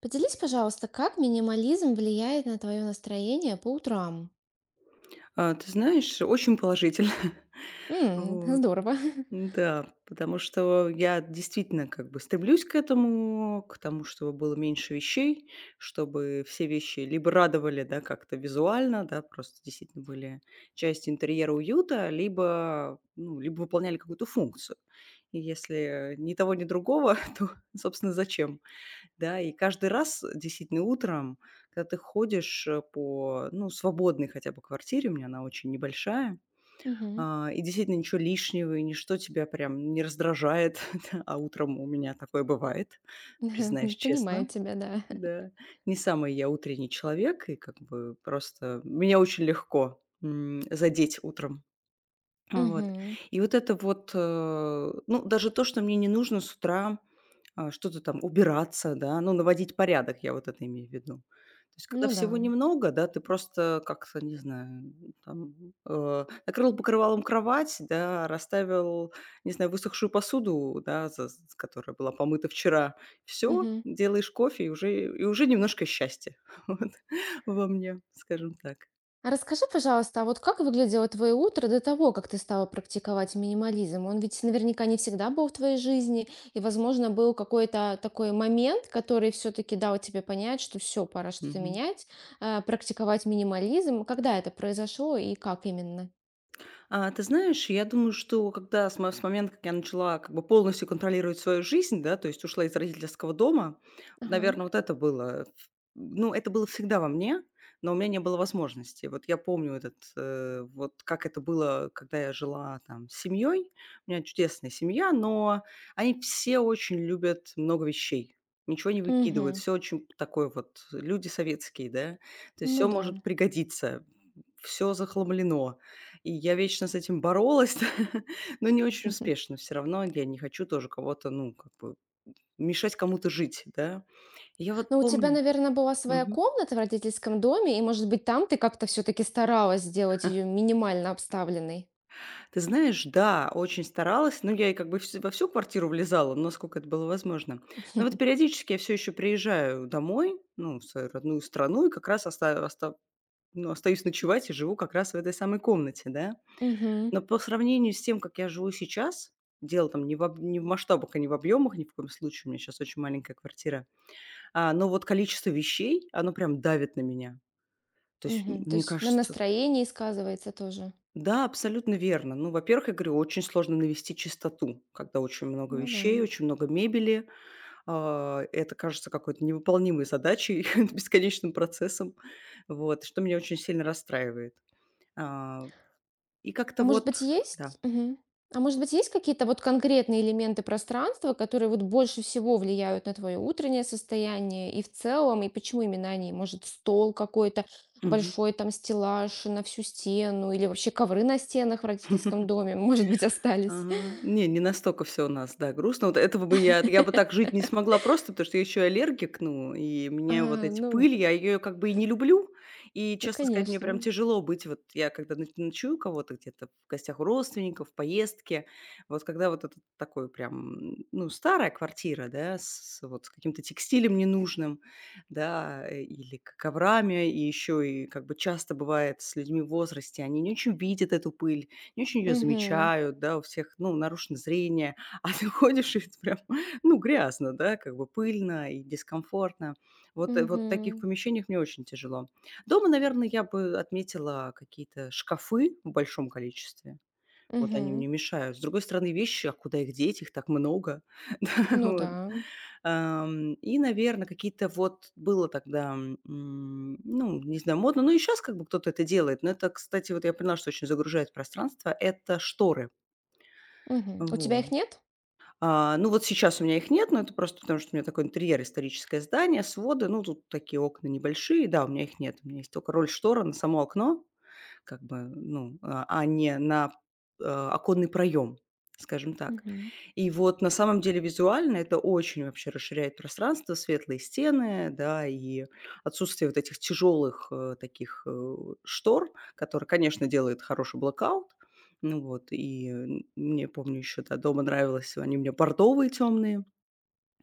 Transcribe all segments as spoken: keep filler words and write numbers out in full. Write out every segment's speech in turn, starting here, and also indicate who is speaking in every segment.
Speaker 1: Поделись, пожалуйста, как минимализм влияет на твое настроение по утрам?
Speaker 2: А, ты знаешь, очень положительно.
Speaker 1: М,
Speaker 2: Вот.
Speaker 1: здорово.
Speaker 2: Да, потому что я действительно как бы стремлюсь к этому, к тому, чтобы было меньше вещей, чтобы все вещи либо радовали, да, как-то визуально, да, просто действительно были частью интерьера уюта, либо, ну, либо выполняли какую-то функцию. И если ни того, ни другого, то, собственно, зачем? Да, и каждый раз действительно утром, когда ты ходишь э, по, ну, свободной хотя бы квартире, у меня она очень небольшая,
Speaker 1: Мгм.
Speaker 2: а, и действительно ничего лишнего, и ничто тебя прям не раздражает, да. А утром у меня такое бывает, признаюсь
Speaker 1: Понимаю
Speaker 2: честно.
Speaker 1: тебя, да.
Speaker 2: Да. Не самый я утренний человек, и как бы просто меня очень легко, м, задеть утром. Вот.
Speaker 1: Мгм.
Speaker 2: И вот это вот, э, ну, даже то, что мне не нужно с утра, а, что-то там убираться, да, ну, наводить порядок, я вот это имею в виду. То есть, когда
Speaker 1: Ну да.
Speaker 2: всего немного, да, ты просто как-то, не знаю, там, э, накрыл покрывалом кровать, да, расставил, не знаю, высохшую посуду, да, за- с- которая была помыта вчера. Все,
Speaker 1: Мгм.
Speaker 2: делаешь кофе, и уже, и уже немножко счастья вот, во мне, скажем так.
Speaker 1: А расскажи, пожалуйста, а вот как выглядело твое утро до того, как ты стала практиковать минимализм? Он ведь наверняка не всегда был в твоей жизни, и, возможно, был какой-то такой момент, который все-таки дал тебе понять, что все, пора что-то
Speaker 2: Мгм.
Speaker 1: менять, э, практиковать минимализм. Когда это произошло и как именно?
Speaker 2: А, ты знаешь, я думаю, что когда с мо с момента, как я начала как бы полностью контролировать свою жизнь, да, то есть ушла из родительского дома,
Speaker 1: Ага.
Speaker 2: наверное, вот это было ф ну, это было всегда во мне, но у меня не было возможности. Вот я помню этот, э, вот как это было, когда я жила там с семьей. У меня чудесная семья, но они все очень любят много вещей, ничего не выкидывают,
Speaker 1: Мгм.
Speaker 2: все очень такое вот люди советские, да. То есть
Speaker 1: Ну
Speaker 2: все
Speaker 1: да.
Speaker 2: может пригодиться, все захламлено. И я вечно с этим боролась, но не очень успешно. Все равно я не хочу тоже кого-то, ну, как бы мешать кому-то жить, да. И Я вот
Speaker 1: Но у тебя,
Speaker 2: помню.
Speaker 1: наверное, была своя
Speaker 2: Мгм.
Speaker 1: комната в родительском доме, и, может быть, там ты как-то все-таки старалась сделать ее минимально обставленной.
Speaker 2: Ты знаешь, да, очень старалась, но я и как бы вс во всю квартиру влезала, насколько это было возможно. Но вот периодически я все еще приезжаю домой, ну, в свою родную страну и как раз оста оста ну, остаюсь ночевать и живу как раз в этой самой комнате, да.
Speaker 1: Мгм.
Speaker 2: Но по сравнению с тем, как я живу сейчас, дело там не в об не в масштабах и не в объемах, ни в коем случае, у меня сейчас очень маленькая квартира, а, но вот количество вещей, оно прям давит на меня. То есть, м
Speaker 1: Мгм. То
Speaker 2: мне
Speaker 1: есть на
Speaker 2: кажется.
Speaker 1: настроении сказывается тоже.
Speaker 2: Да, абсолютно верно. Ну, во-первых, я говорю, очень сложно навести чистоту, когда очень много
Speaker 1: Ну да.
Speaker 2: вещей, очень много мебели. А, это кажется какой-то невыполнимой задачей, бесконечным процессом, вот, что меня очень сильно расстраивает. А, и
Speaker 1: А
Speaker 2: как-то
Speaker 1: может
Speaker 2: вот.
Speaker 1: быть,
Speaker 2: Да.
Speaker 1: есть мгм. А может быть, есть какие-то вот конкретные элементы пространства, которые вот больше всего влияют на твое утреннее состояние и в целом, и почему именно они? Может, стол какой-то
Speaker 2: Мгм.
Speaker 1: большой, там стеллаж на всю стену или вообще ковры на стенах в родительском доме, может быть, остались?
Speaker 2: Ага. Не, не настолько все у нас, да, грустно. Вот этого бы я я бы так жить не смогла просто, потому что я еще и аллергик, ну, и
Speaker 1: А,
Speaker 2: меня вот эти
Speaker 1: ну
Speaker 2: пыль,
Speaker 1: д
Speaker 2: я ее как бы и не люблю. И,
Speaker 1: ну,
Speaker 2: честно сказать, мне прям
Speaker 1: конечно.
Speaker 2: тяжело быть. Вот я когда ноч ночую у кого-то где-то в гостях у родственников, в поездке, вот когда вот этот такой прям, м, ну, старая квартира, да, с вот с каким-то текстилем ненужным, да, э, или к коврами, и еще и как бы часто бывает с людьми в возрасте, они не очень видят эту пыль, не очень ее
Speaker 1: Мгм,
Speaker 2: замечают, да, у всех, ну, нарушено зрение, а ты ходишь, и это прям, ну, грязно, да, как бы пыльно и дискомфортно. Вот, э, вот в таких
Speaker 1: мгм,
Speaker 2: помещениях мне очень тяжело. Дома, наверное, я бы отметила какие-то шкафы в большом количестве. Вот они
Speaker 1: мгм.
Speaker 2: мне мешают. С другой стороны, вещи, а куда их деть, их так много. Да,
Speaker 1: Ну
Speaker 2: вот.
Speaker 1: да.
Speaker 2: Ам, и, наверное, какие-то вот было тогда, м, ну, не знаю, модно, ну и сейчас, как бы кто-то это делает, но это, кстати, вот я поняла, что очень загружает пространство — это шторы.
Speaker 1: Мгм. У тебя
Speaker 2: Вот.
Speaker 1: их нет?
Speaker 2: А, ну, вот сейчас у меня их нет, но это просто потому, что у меня такой интерьер, историческое здание, своды, ну, тут такие окна небольшие. Да, у меня их нет, у меня есть только роль штора на само окно как бы, ну, а а не на, э, оконный проем, скажем так.
Speaker 1: Мгм.
Speaker 2: И вот на самом деле визуально это очень вообще расширяет пространство, светлые стены, да, и отсутствие вот этих тяжелых, э, таких, э, штор, которые, конечно, делают хороший блэкаут. Ну вот, и, м, мне, помню, еще, да, дома нравилось, они мне меня бордовые темные.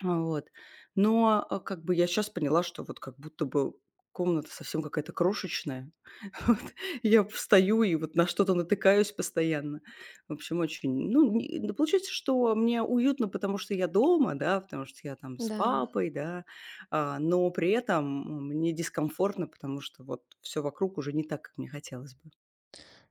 Speaker 2: А, вот. Но, а, как бы я сейчас поняла, что вот как будто бы комната совсем какая-то крошечная. Вот. Я встаю и вот на что-то натыкаюсь постоянно. В общем, очень, ну, не да, получается, что мне уютно, потому что я дома, да, потому что я там с
Speaker 1: Да.
Speaker 2: папой, да, а, но при этом мне дискомфортно, потому что вот все вокруг уже не так, как мне хотелось бы.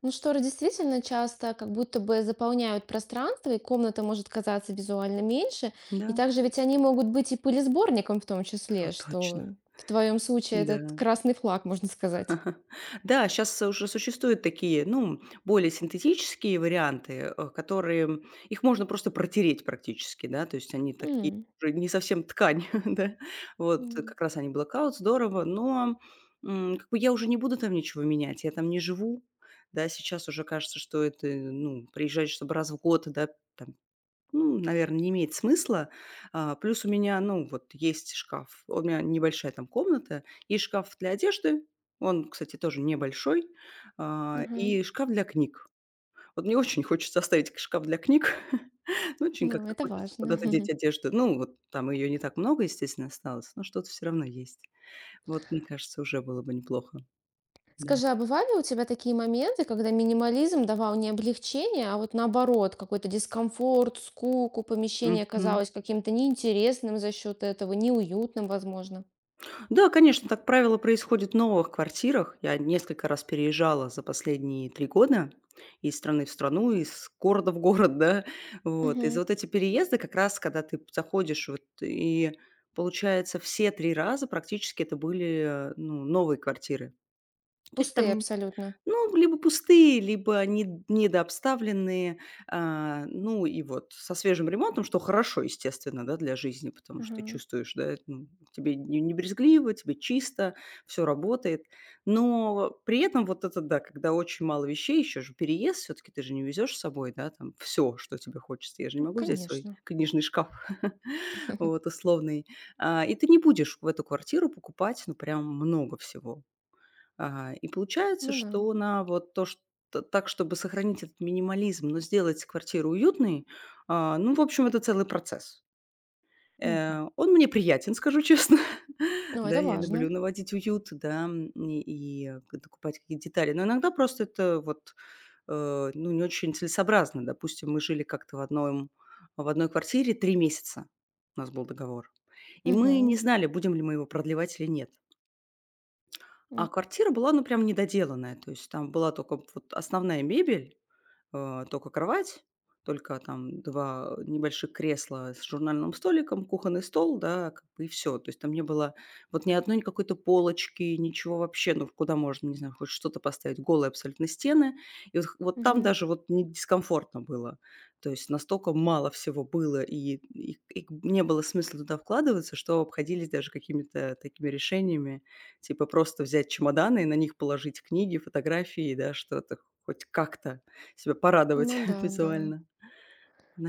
Speaker 1: Ну, шторы действительно часто как будто бы заполняют пространство, и комната может казаться визуально меньше.
Speaker 2: Да,
Speaker 1: И также ведь они могут быть и пылесборником в том числе,
Speaker 2: вот
Speaker 1: что
Speaker 2: точно.
Speaker 1: в твоем случае
Speaker 2: Да.
Speaker 1: этот красный флаг, можно сказать.
Speaker 2: Да, сейчас уже существуют такие, ну, более синтетические варианты, э, которые м, их можно просто протереть практически, да, то есть они такие
Speaker 1: М,
Speaker 2: уже не совсем ткань, да. Вот э,
Speaker 1: да.
Speaker 2: как раз они blackout, здорово, но, м, как бы я уже не буду там ничего менять, я там не живу. Да, сейчас уже кажется, что это, ну, приезжать, чтобы раз в год, да, там ну, наверное, не имеет смысла. А, плюс у меня, ну, вот есть шкаф. У меня небольшая там комната, и шкаф для одежды. Он, кстати, тоже небольшой. А,
Speaker 1: Ага.
Speaker 2: и шкаф для книг. Вот мне очень хочется оставить шкаф для книг. Ну, очень
Speaker 1: Ну,
Speaker 2: как-то
Speaker 1: это
Speaker 2: хочется
Speaker 1: важно.
Speaker 2: куда-то деть одежду. Ну, вот там ее не так много, естественно, осталось, но что-то все равно есть. Вот, мне кажется, уже было бы неплохо. Да.
Speaker 1: Скажи, а бывали у тебя такие моменты, когда минимализм давал не облегчение, а вот наоборот, какой-то дискомфорт, скуку, помещение
Speaker 2: Мгм.
Speaker 1: казалось каким-то неинтересным за счет этого, неуютным, возможно?
Speaker 2: Да, конечно, так правило происходит в новых квартирах. Я несколько раз переезжала за последние три года из страны в страну, из города в город, да. Вот. И
Speaker 1: Мгм.
Speaker 2: за вот эти переезды как раз, когда ты заходишь вот и, получается, все три раза практически это были, э, ну, новые квартиры. То есть
Speaker 1: Пустые
Speaker 2: там
Speaker 1: абсолютно.
Speaker 2: ну, либо пустые, либо не недообставленные. А, ну и вот со свежим ремонтом, что хорошо, естественно, да, для жизни, потому что ты
Speaker 1: Мгм.
Speaker 2: чувствуешь, да, ну, тебе не не брезгливо, тебе чисто, все работает. Но при этом вот это да, когда очень мало вещей, еще же переезд, все таки ты же не везешь с собой, да, там все, что тебе хочется. Я же не
Speaker 1: Ну,
Speaker 2: могу взять свой
Speaker 1: конечно.
Speaker 2: книжный шкаф, вот, условный. А, и ты не будешь в эту квартиру покупать, ну, прям много всего. А, и получается,
Speaker 1: Ну да.
Speaker 2: что на вот то, что так, чтобы сохранить этот минимализм, но сделать квартиру уютной, а, ну, в общем, это целый процесс.
Speaker 1: Мгм.
Speaker 2: Э, он мне приятен, скажу честно.
Speaker 1: Ну,
Speaker 2: Да,
Speaker 1: это
Speaker 2: я
Speaker 1: важно.
Speaker 2: люблю наводить уют, да, м, и, и, э, к- докупать какие-то детали. Но иногда просто это вот, э, ну, не очень целесообразно. Допустим, мы жили как-то в одном, в одной квартире три месяца. У нас был договор. И мы не
Speaker 1: Мгм.
Speaker 2: знали, будем ли мы его продлевать или нет.
Speaker 1: М,
Speaker 2: А квартира была, ну, прям недоделанная. То есть там была только вот основная мебель, э, тока кровать, только там два небольших кресла с журнальным столиком, кухонный стол, да, как бы и все. То есть там не было вот ни одной какой-то полочки, ничего вообще, ну, куда можно, не знаю, хоть что-то поставить, голые абсолютно стены. И вот х вот там
Speaker 1: мгм.
Speaker 2: даже вот не дискомфортно было. То есть настолько мало всего было, и и и не было смысла туда вкладываться, что обходились даже какими-то такими решениями, типа просто взять чемоданы и на них положить книги, фотографии, да, что-то хоть как-то. Себя порадовать
Speaker 1: Ну да, да.
Speaker 2: визуально.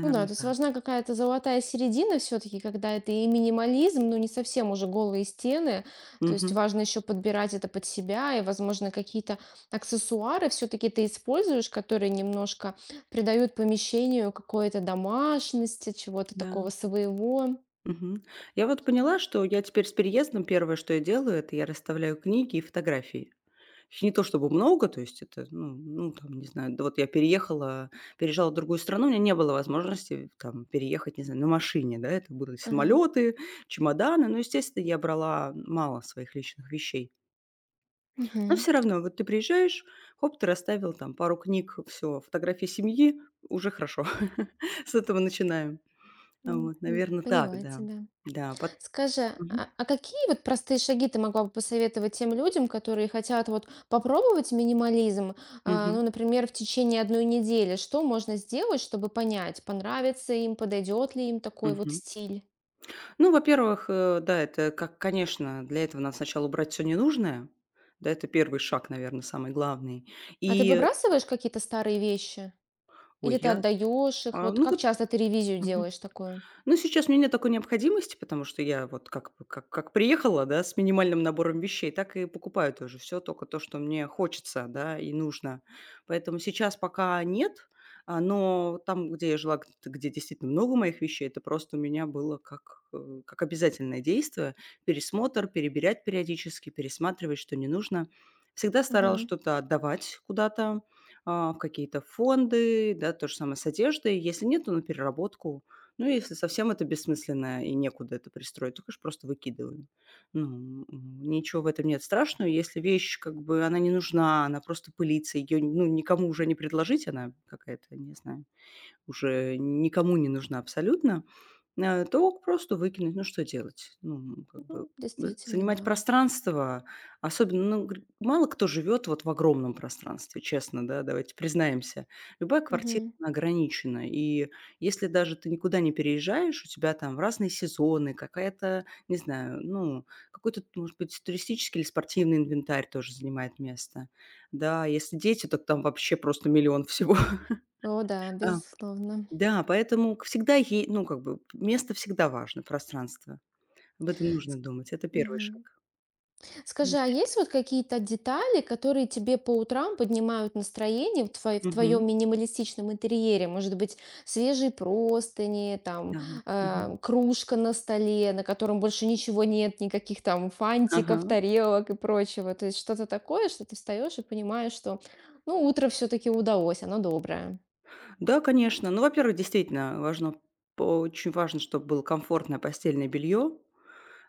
Speaker 1: Ну да, то есть
Speaker 2: так.
Speaker 1: важна какая-то золотая середина все-таки, когда это и минимализм, но не совсем уже голые стены. То есть
Speaker 2: Мгм.
Speaker 1: важно еще подбирать это под себя, и, возможно, какие-то аксессуары все-таки ты используешь, которые немножко придают помещению какой-то домашности, чего-то
Speaker 2: Да.
Speaker 1: такого своего.
Speaker 2: Мгм. Я вот поняла, что я теперь с переездом первое, что я делаю, это я расставляю книги и фотографии. Ещё не то чтобы много, то есть это, ну ну, там, не знаю, да, вот я переехала, переезжала в другую страну, у меня не было возможности там переехать, не знаю, на машине, да. Это были
Speaker 1: Ага.
Speaker 2: самолеты, чемоданы, но, естественно, я брала мало своих личных вещей. Но
Speaker 1: Мгм.
Speaker 2: все равно, вот ты приезжаешь, хоп, ты расставил там пару книг, все фотографии семьи, уже хорошо. С этого начинаем. А
Speaker 1: М,
Speaker 2: Вот,
Speaker 1: м,
Speaker 2: наверно, так,
Speaker 1: поняла
Speaker 2: да.
Speaker 1: тебя.
Speaker 2: Да, пот
Speaker 1: Скажи, а,
Speaker 2: Мгм.
Speaker 1: а какие вот простые шаги ты могла бы посоветовать тем людям, которые хотят вот попробовать минимализм, а,
Speaker 2: Мгм.
Speaker 1: ну, например, в течение одной недели? Что можно сделать, чтобы понять, понравится им, подойдет ли им такой вот
Speaker 2: Мгм.
Speaker 1: стиль?
Speaker 2: Ну, во-первых, э, да, это как, конечно, для этого надо сначала убрать все ненужное. Да, это первый шаг, наверное, самый главный.
Speaker 1: А ты
Speaker 2: И,
Speaker 1: выбрасываешь какие-то старые вещи?
Speaker 2: ой,
Speaker 1: Или ты
Speaker 2: я,
Speaker 1: отдаешь их?
Speaker 2: а,
Speaker 1: Вот
Speaker 2: ну
Speaker 1: как
Speaker 2: вот.
Speaker 1: часто ты ревизию делаешь такую?
Speaker 2: Ну, сейчас у меня нет такой необходимости, потому что я вот как бы как как приехала, да, с минимальным набором вещей, так и покупаю тоже все только то, что мне хочется, да, и нужно. Поэтому сейчас пока нет, а, но там, где я жила, г где действительно много моих вещей, это просто у меня было как, э, как обязательное действие: пересмотр, перебирать периодически, пересматривать, что не нужно. Всегда старалась что-то отдавать куда-то, а, в какие-то фонды, да, то же самое с одеждой. Если нет, то на переработку. Ну, если совсем это бессмысленно и некуда это пристроить, то, конечно, просто выкидываем. Ну, м, ничего в этом нет страшного. Если вещь, как бы, она не нужна, она просто пылится, ее, ну, никому уже не предложить, она какая-то, не знаю, уже никому не нужна абсолютно, э, то просто выкинуть. Ну, что делать? Ну, как бы
Speaker 1: Ну,
Speaker 2: з
Speaker 1: действительно,
Speaker 2: занимать
Speaker 1: да.
Speaker 2: пространство, особенно, ну, гр мало кто живет вот в огромном пространстве, честно, да, давайте признаемся. Любая квартира,
Speaker 1: Мгм.
Speaker 2: она ограничена, и если даже ты никуда не переезжаешь, у тебя там в разные сезоны какая-то, не знаю, ну, какой-то, может быть, туристический или спортивный инвентарь тоже занимает место. Да, если дети, то там вообще просто миллион всего.
Speaker 1: О да, безусловно.
Speaker 2: Да, поэтому к всегда ей, ну, как бы место всегда важно, пространство. Об этом
Speaker 1: С
Speaker 2: нужно думать. Это первый
Speaker 1: мгм.
Speaker 2: шаг.
Speaker 1: Скажи,
Speaker 2: М.
Speaker 1: а есть вот какие-то детали, которые тебе по утрам поднимают настроение в твоё в
Speaker 2: Мгм.
Speaker 1: твоем минималистичном интерьере? Может быть, свежие простыни, там,
Speaker 2: Да. Мгм.
Speaker 1: э, кружка на столе, на котором больше ничего нет, никаких там фантиков,
Speaker 2: Ага.
Speaker 1: тарелок и прочего. То есть что-то такое, что ты встаешь и понимаешь, что, ну, утро все-таки удалось, оно доброе.
Speaker 2: Да, конечно. Ну, во-первых, действительно важно, п очень важно, чтобы было комфортное постельное белье.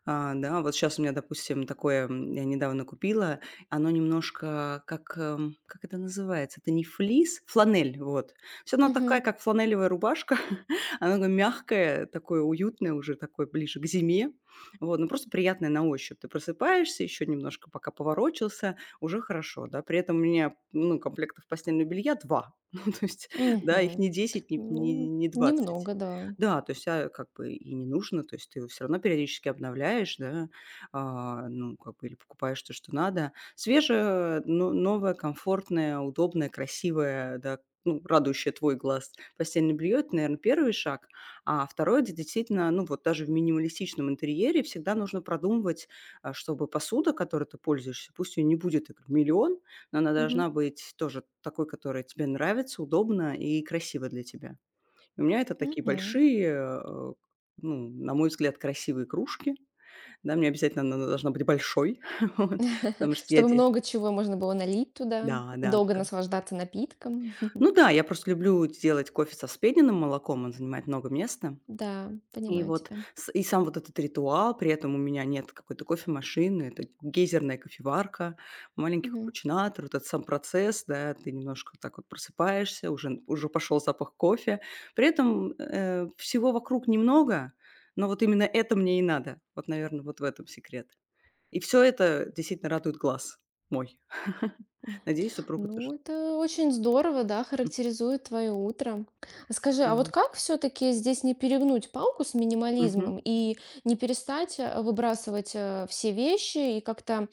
Speaker 2: А, да, вот сейчас у меня, допустим, такое, м, я недавно купила, оно немножко как, эм, как это называется? Это не флис, фланель, вот. То есть она
Speaker 1: Мгм.
Speaker 2: такая, как фланелевая рубашка, она такая мягкая, такое уютное уже, такое ближе к зиме, вот, ну, просто приятная на ощупь. Ты просыпаешься, еще немножко пока поворочился, уже хорошо, да. При этом у меня, ну, комплектов постельного белья два, ну, то есть, да, их
Speaker 1: Мгм.
Speaker 2: не десять, не не
Speaker 1: Ну,
Speaker 2: не двадцать.
Speaker 1: немного, да.
Speaker 2: Да, то есть, а, как бы и не нужно, то есть ты его всё равно периодически обновляешь, да, а, ну, как бы или покупаешь то, что надо. Свежее, но новое, комфортное, удобное, красивое, да, ну, радующее твой глаз постельное белье- это, наверное, первый шаг. А второе- это действительно, ну, вот даже в минималистичном интерьере всегда нужно продумывать, а, чтобы посуда, которой ты пользуешься, пусть ее не будет их одной но она
Speaker 1: Мгм.
Speaker 2: должна быть тоже такой, которая тебе нравится, удобна и красива для тебя. У меня это такие
Speaker 1: Мгм.
Speaker 2: большие, э, ну, на мой взгляд, красивые кружки. Да, мне обязательно она должна быть большой, вот, потому что я
Speaker 1: Чтобы
Speaker 2: де
Speaker 1: много чего можно было налить
Speaker 2: Да,
Speaker 1: туда и
Speaker 2: да,
Speaker 1: долго
Speaker 2: да.
Speaker 1: наслаждаться напитком.
Speaker 2: Ну да, я просто люблю делать кофе со вспененным молоком, он занимает много места.
Speaker 1: Да,
Speaker 2: И
Speaker 1: понимаю
Speaker 2: вот
Speaker 1: тебя.
Speaker 2: с и сам вот этот ритуал, при этом у меня нет какой-то кофемашины, это гейзерная кофеварка, маленький
Speaker 1: Мгм.
Speaker 2: капучинатор, вот этот сам процесс, да, ты немножко вот так вот просыпаешься, уже уже пошел запах кофе. При этом, э, всего вокруг немного, но вот именно это мне и надо. Вот, наверное вот в этом секрет. И все это действительно радует глаз мой. Надеюсь, супруга тоже.
Speaker 1: Ну, это очень здорово, да,
Speaker 2: М,
Speaker 1: характеризует твое утро. А скажи,
Speaker 2: да.
Speaker 1: а вот как все-таки здесь не перегнуть палку с минимализмом
Speaker 2: Мгм.
Speaker 1: и не перестать э, выбрасывать э, все вещи и как-то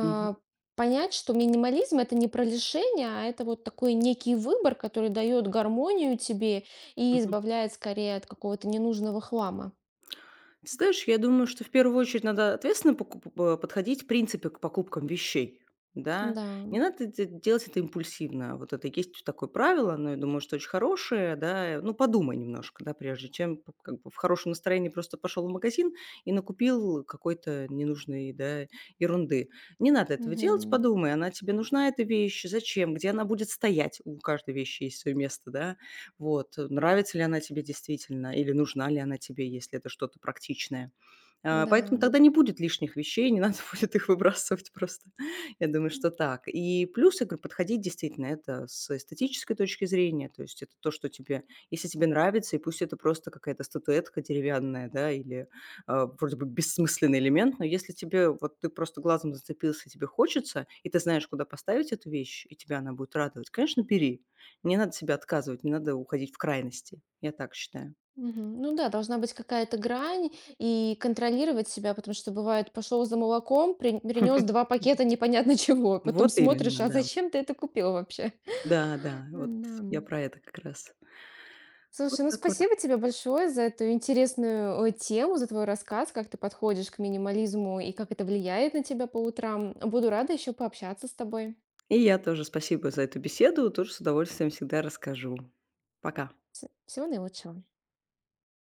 Speaker 2: Мгм.
Speaker 1: понять, что минимализм это не про лишение, а это вот такой некий выбор, который дает гармонию тебе и
Speaker 2: Мгм.
Speaker 1: избавляет скорее от какого-то ненужного хлама.
Speaker 2: Ты знаешь, я думаю, что в первую очередь надо ответственно покуп э, подходить в принципе к покупкам вещей, да.
Speaker 1: Да,
Speaker 2: Не надо де делать это импульсивно. Вот это есть вот такое правило, но я думаю, что очень хорошее, да. Ну, подумай немножко, да, прежде чем п как бы в хорошем настроении просто пошел в магазин и накупил какой-то ненужной, да, ерунды. Не надо этого делать,
Speaker 1: мгм,
Speaker 2: подумай, она тебе нужна эта вещь, зачем, где она будет стоять? У каждой вещи есть свое место, да. Вот, э, нравится ли она тебе действительно или нужна ли она тебе, если это что-то практичное. А,
Speaker 1: да.
Speaker 2: поэтому тогда не будет лишних вещей, не надо будет их выбрасывать просто. Я думаю, что так. И плюс, я говорю, подходить действительно это с эстетической точки зрения, то есть это то, что тебе, если тебе нравится, и пусть это просто какая-то статуэтка деревянная, да, или а, вроде бы бессмысленный элемент, но если тебе, вот ты просто глазом зацепился, и тебе хочется, и ты знаешь, куда поставить эту вещь, и тебя она будет радовать, конечно, бери. Не надо себя отказывать, не надо уходить в крайности. Я так считаю.
Speaker 1: Мгм. Ну да, должна быть какая-то грань и контролировать себя, потому что бывает, пошел за молоком, принес два пакета непонятно чего, потом
Speaker 2: Вот
Speaker 1: смотришь,
Speaker 2: именно,
Speaker 1: а
Speaker 2: да.
Speaker 1: зачем ты это купил вообще?
Speaker 2: Да, да, вот
Speaker 1: Да.
Speaker 2: я про это как раз.
Speaker 1: Слушай,
Speaker 2: Вот
Speaker 1: ну
Speaker 2: так вот.
Speaker 1: спасибо тебе большое за эту интересную э, тему, за твой рассказ, как ты подходишь к минимализму и как это влияет на тебя по утрам. Буду рада еще пообщаться с тобой.
Speaker 2: И я тоже спасибо за эту беседу, тоже с удовольствием всегда расскажу. Пока.
Speaker 1: Вс- Всего наилучшего.